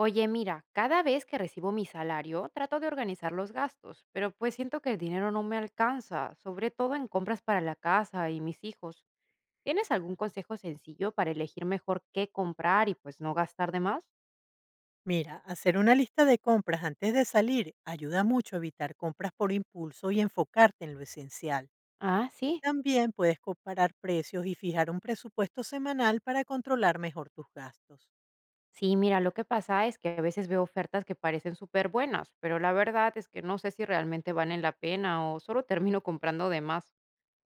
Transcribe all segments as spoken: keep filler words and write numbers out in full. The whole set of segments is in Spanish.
Oye, mira, cada vez que recibo mi salario trato de organizar los gastos, pero pues siento que el dinero no me alcanza, sobre todo en compras para la casa y mis hijos. ¿Tienes algún consejo sencillo para elegir mejor qué comprar y pues no gastar de más? Mira, hacer una lista de compras antes de salir ayuda mucho a evitar compras por impulso y enfocarte en lo esencial. Ah, sí. También puedes comparar precios y fijar un presupuesto semanal para controlar mejor tus gastos. Sí, mira, lo que pasa es que a veces veo ofertas que parecen súper buenas, pero la verdad es que no sé si realmente valen la pena o solo termino comprando de más.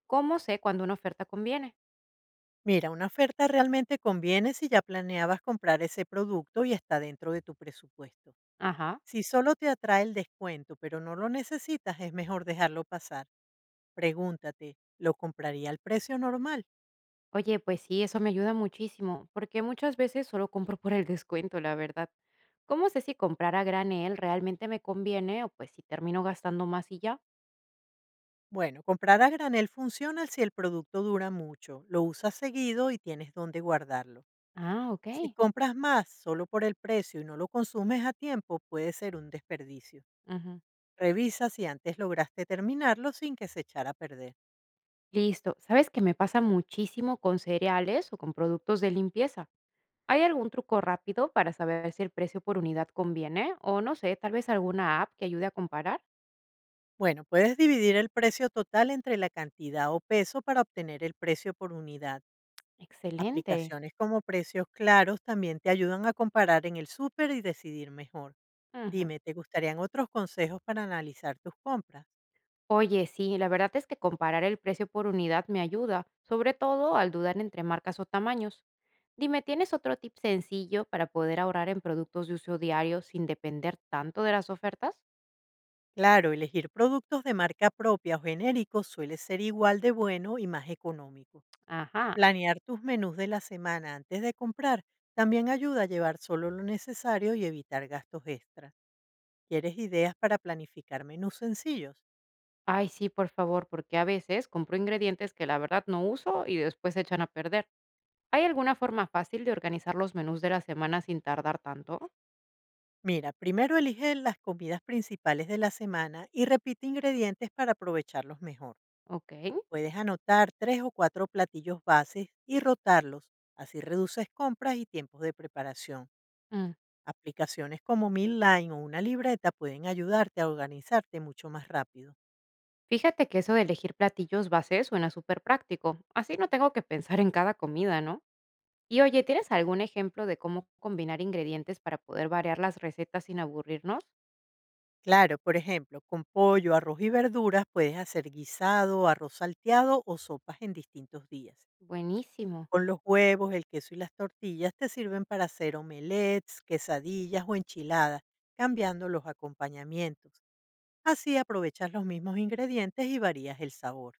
¿Cómo sé cuando una oferta conviene? Mira, una oferta realmente conviene si ya planeabas comprar ese producto y está dentro de tu presupuesto. Ajá. Si solo te atrae el descuento pero no lo necesitas, es mejor dejarlo pasar. Pregúntate, ¿lo compraría al precio normal? Oye, pues sí, eso me ayuda muchísimo, porque muchas veces solo compro por el descuento, la verdad. ¿Cómo sé si comprar a granel realmente me conviene o pues si termino gastando más y ya? Bueno, comprar a granel funciona si el producto dura mucho, lo usas seguido y tienes dónde guardarlo. Ah, ok. Si compras más solo por el precio y no lo consumes a tiempo, puede ser un desperdicio. Ujú. Revisa si antes lograste terminarlo sin que se echara a perder. Listo. ¿Sabes que me pasa muchísimo con cereales o con productos de limpieza? ¿Hay algún truco rápido para saber si el precio por unidad conviene? O no sé, tal vez alguna app que ayude a comparar. Bueno, puedes dividir el precio total entre la cantidad o peso para obtener el precio por unidad. Excelente. Aplicaciones como Precios Claros también te ayudan a comparar en el súper y decidir mejor. Ujú. Dime, ¿te gustarían otros consejos para analizar tus compras? Oye, sí, la verdad es que comparar el precio por unidad me ayuda, sobre todo al dudar entre marcas o tamaños. Dime, ¿tienes otro tip sencillo para poder ahorrar en productos de uso diario sin depender tanto de las ofertas? Claro, elegir productos de marca propia o genéricos suele ser igual de bueno y más económico. Ajá. Planear tus menús de la semana antes de comprar también ayuda a llevar solo lo necesario y evitar gastos extra. ¿Quieres ideas para planificar menús sencillos? Ay, sí, por favor, porque a veces compro ingredientes que la verdad no uso y después se echan a perder. ¿Hay alguna forma fácil de organizar los menús de la semana sin tardar tanto? Mira, primero elige las comidas principales de la semana y repite ingredientes para aprovecharlos mejor. Ok. Puedes anotar tres o cuatro platillos bases y rotarlos, así reduces compras y tiempos de preparación. Mm. Aplicaciones como Midline o una libreta pueden ayudarte a organizarte mucho más rápido. Fíjate que eso de elegir platillos base suena súper práctico. Así no tengo que pensar en cada comida, ¿no? Y oye, ¿tienes algún ejemplo de cómo combinar ingredientes para poder variar las recetas sin aburrirnos? Claro, por ejemplo, con pollo, arroz y verduras puedes hacer guisado, arroz salteado o sopas en distintos días. Buenísimo. Con los huevos, el queso y las tortillas te sirven para hacer omelets, quesadillas o enchiladas, cambiando los acompañamientos. Así aprovechas los mismos ingredientes y varías el sabor.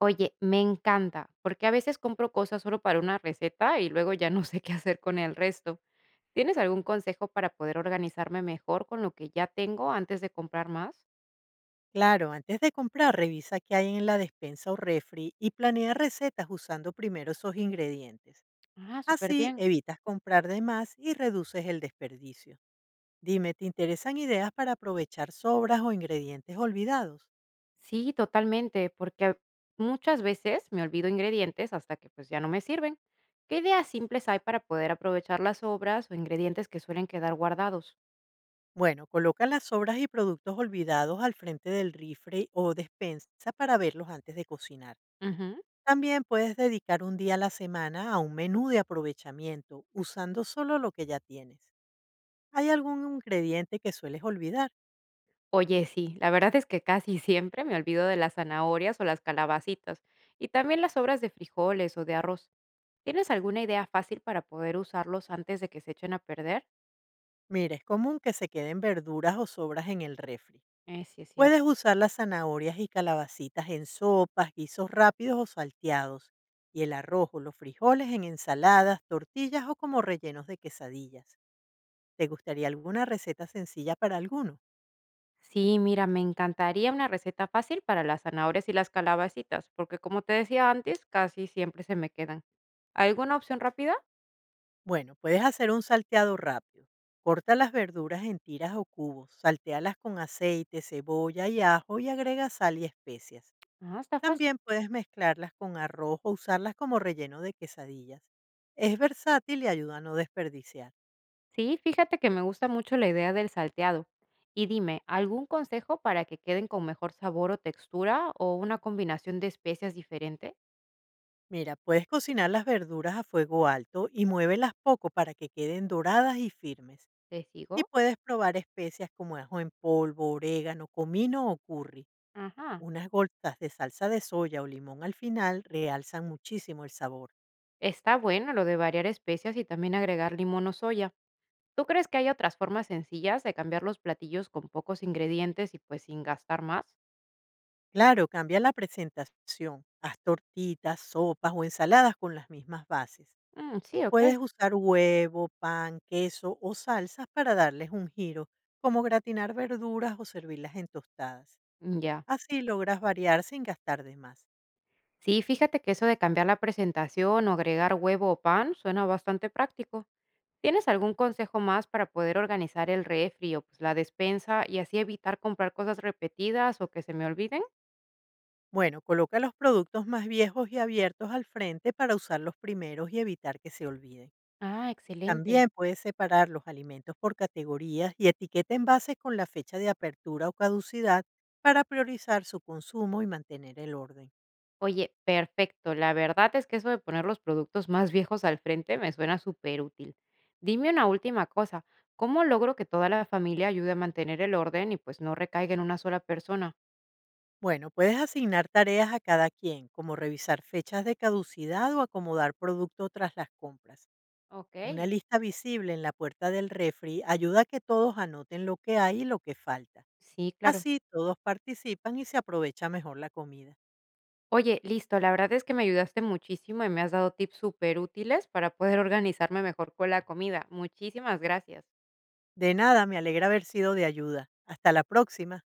Oye, me encanta, porque a veces compro cosas solo para una receta y luego ya no sé qué hacer con el resto. ¿Tienes algún consejo para poder organizarme mejor con lo que ya tengo antes de comprar más? Claro, antes de comprar, revisa qué hay en la despensa o refri y planea recetas usando primero esos ingredientes. Ah, súper Así bien. evitas comprar de más y reduces el desperdicio. Dime, ¿te interesan ideas para aprovechar sobras o ingredientes olvidados? Sí, totalmente, porque muchas veces me olvido ingredientes hasta que pues ya no me sirven. ¿Qué ideas simples hay para poder aprovechar las sobras o ingredientes que suelen quedar guardados? Bueno, coloca las sobras y productos olvidados al frente del refri o despensa para verlos antes de cocinar. Ujú. También puedes dedicar un día a la semana a un menú de aprovechamiento, usando solo lo que ya tienes. ¿Hay algún ingrediente que sueles olvidar? Oye, sí, la verdad es que casi siempre me olvido de las zanahorias o las calabacitas, y también las sobras de frijoles o de arroz. ¿Tienes alguna idea fácil para poder usarlos antes de que se echen a perder? Mira, es común que se queden verduras o sobras en el refri. Eh, sí, es Puedes cierto. usar las zanahorias y calabacitas en sopas, guisos rápidos o salteados, y el arroz o los frijoles en ensaladas, tortillas o como rellenos de quesadillas. ¿Te gustaría alguna receta sencilla para alguno? Sí, mira, me encantaría una receta fácil para las zanahorias y las calabacitas, porque como te decía antes, casi siempre se me quedan. ¿Alguna opción rápida? Bueno, puedes hacer un salteado rápido. Corta las verduras en tiras o cubos, saltéalas con aceite, cebolla y ajo y agrega sal y especias. Ah, está fácil. También puedes mezclarlas con arroz o usarlas como relleno de quesadillas. Es versátil y ayuda a no desperdiciar. Sí, fíjate que me gusta mucho la idea del salteado. Y dime, ¿algún consejo para que queden con mejor sabor o textura o una combinación de especias diferente? Mira, puedes cocinar las verduras a fuego alto y muévelas poco para que queden doradas y firmes. ¿Te Y sigo? puedes probar especias como ajo en polvo, orégano, comino o curry. Ajá. Unas gotas de salsa de soya o limón al final realzan muchísimo el sabor. Está bueno lo de variar especias y también agregar limón o soya. ¿Tú crees que hay otras formas sencillas de cambiar los platillos con pocos ingredientes y pues sin gastar más? Claro, cambia la presentación. Haz tortitas, sopas o ensaladas con las mismas bases. Mm, sí, Puedes ok. usar huevo, pan, queso o salsas para darles un giro, como gratinar verduras o servirlas en tostadas. Mm, ya. Así logras variar sin gastar de más. Sí, fíjate que eso de cambiar la presentación o agregar huevo o pan suena bastante práctico. ¿Tienes algún consejo más para poder organizar el refri o, pues, la despensa y así evitar comprar cosas repetidas o que se me olviden? Bueno, coloca los productos más viejos y abiertos al frente para usar los primeros y evitar que se olviden. Ah, excelente. También puedes separar los alimentos por categorías y etiqueta envases con la fecha de apertura o caducidad para priorizar su consumo y mantener el orden. Oye, perfecto. La verdad es que eso de poner los productos más viejos al frente me suena superútil. Dime una última cosa, ¿cómo logro que toda la familia ayude a mantener el orden y pues no recaiga en una sola persona? Bueno, puedes asignar tareas a cada quien, como revisar fechas de caducidad o acomodar producto tras las compras. Una Ok. lista visible en la puerta del refri ayuda a que todos anoten lo que hay y lo que falta. Sí, claro. Así todos participan y se aprovecha mejor la comida. Oye, listo, la verdad es que me ayudaste muchísimo y me has dado tips súper útiles para poder organizarme mejor con la comida. Muchísimas gracias. De nada, me alegra haber sido de ayuda. Hasta la próxima.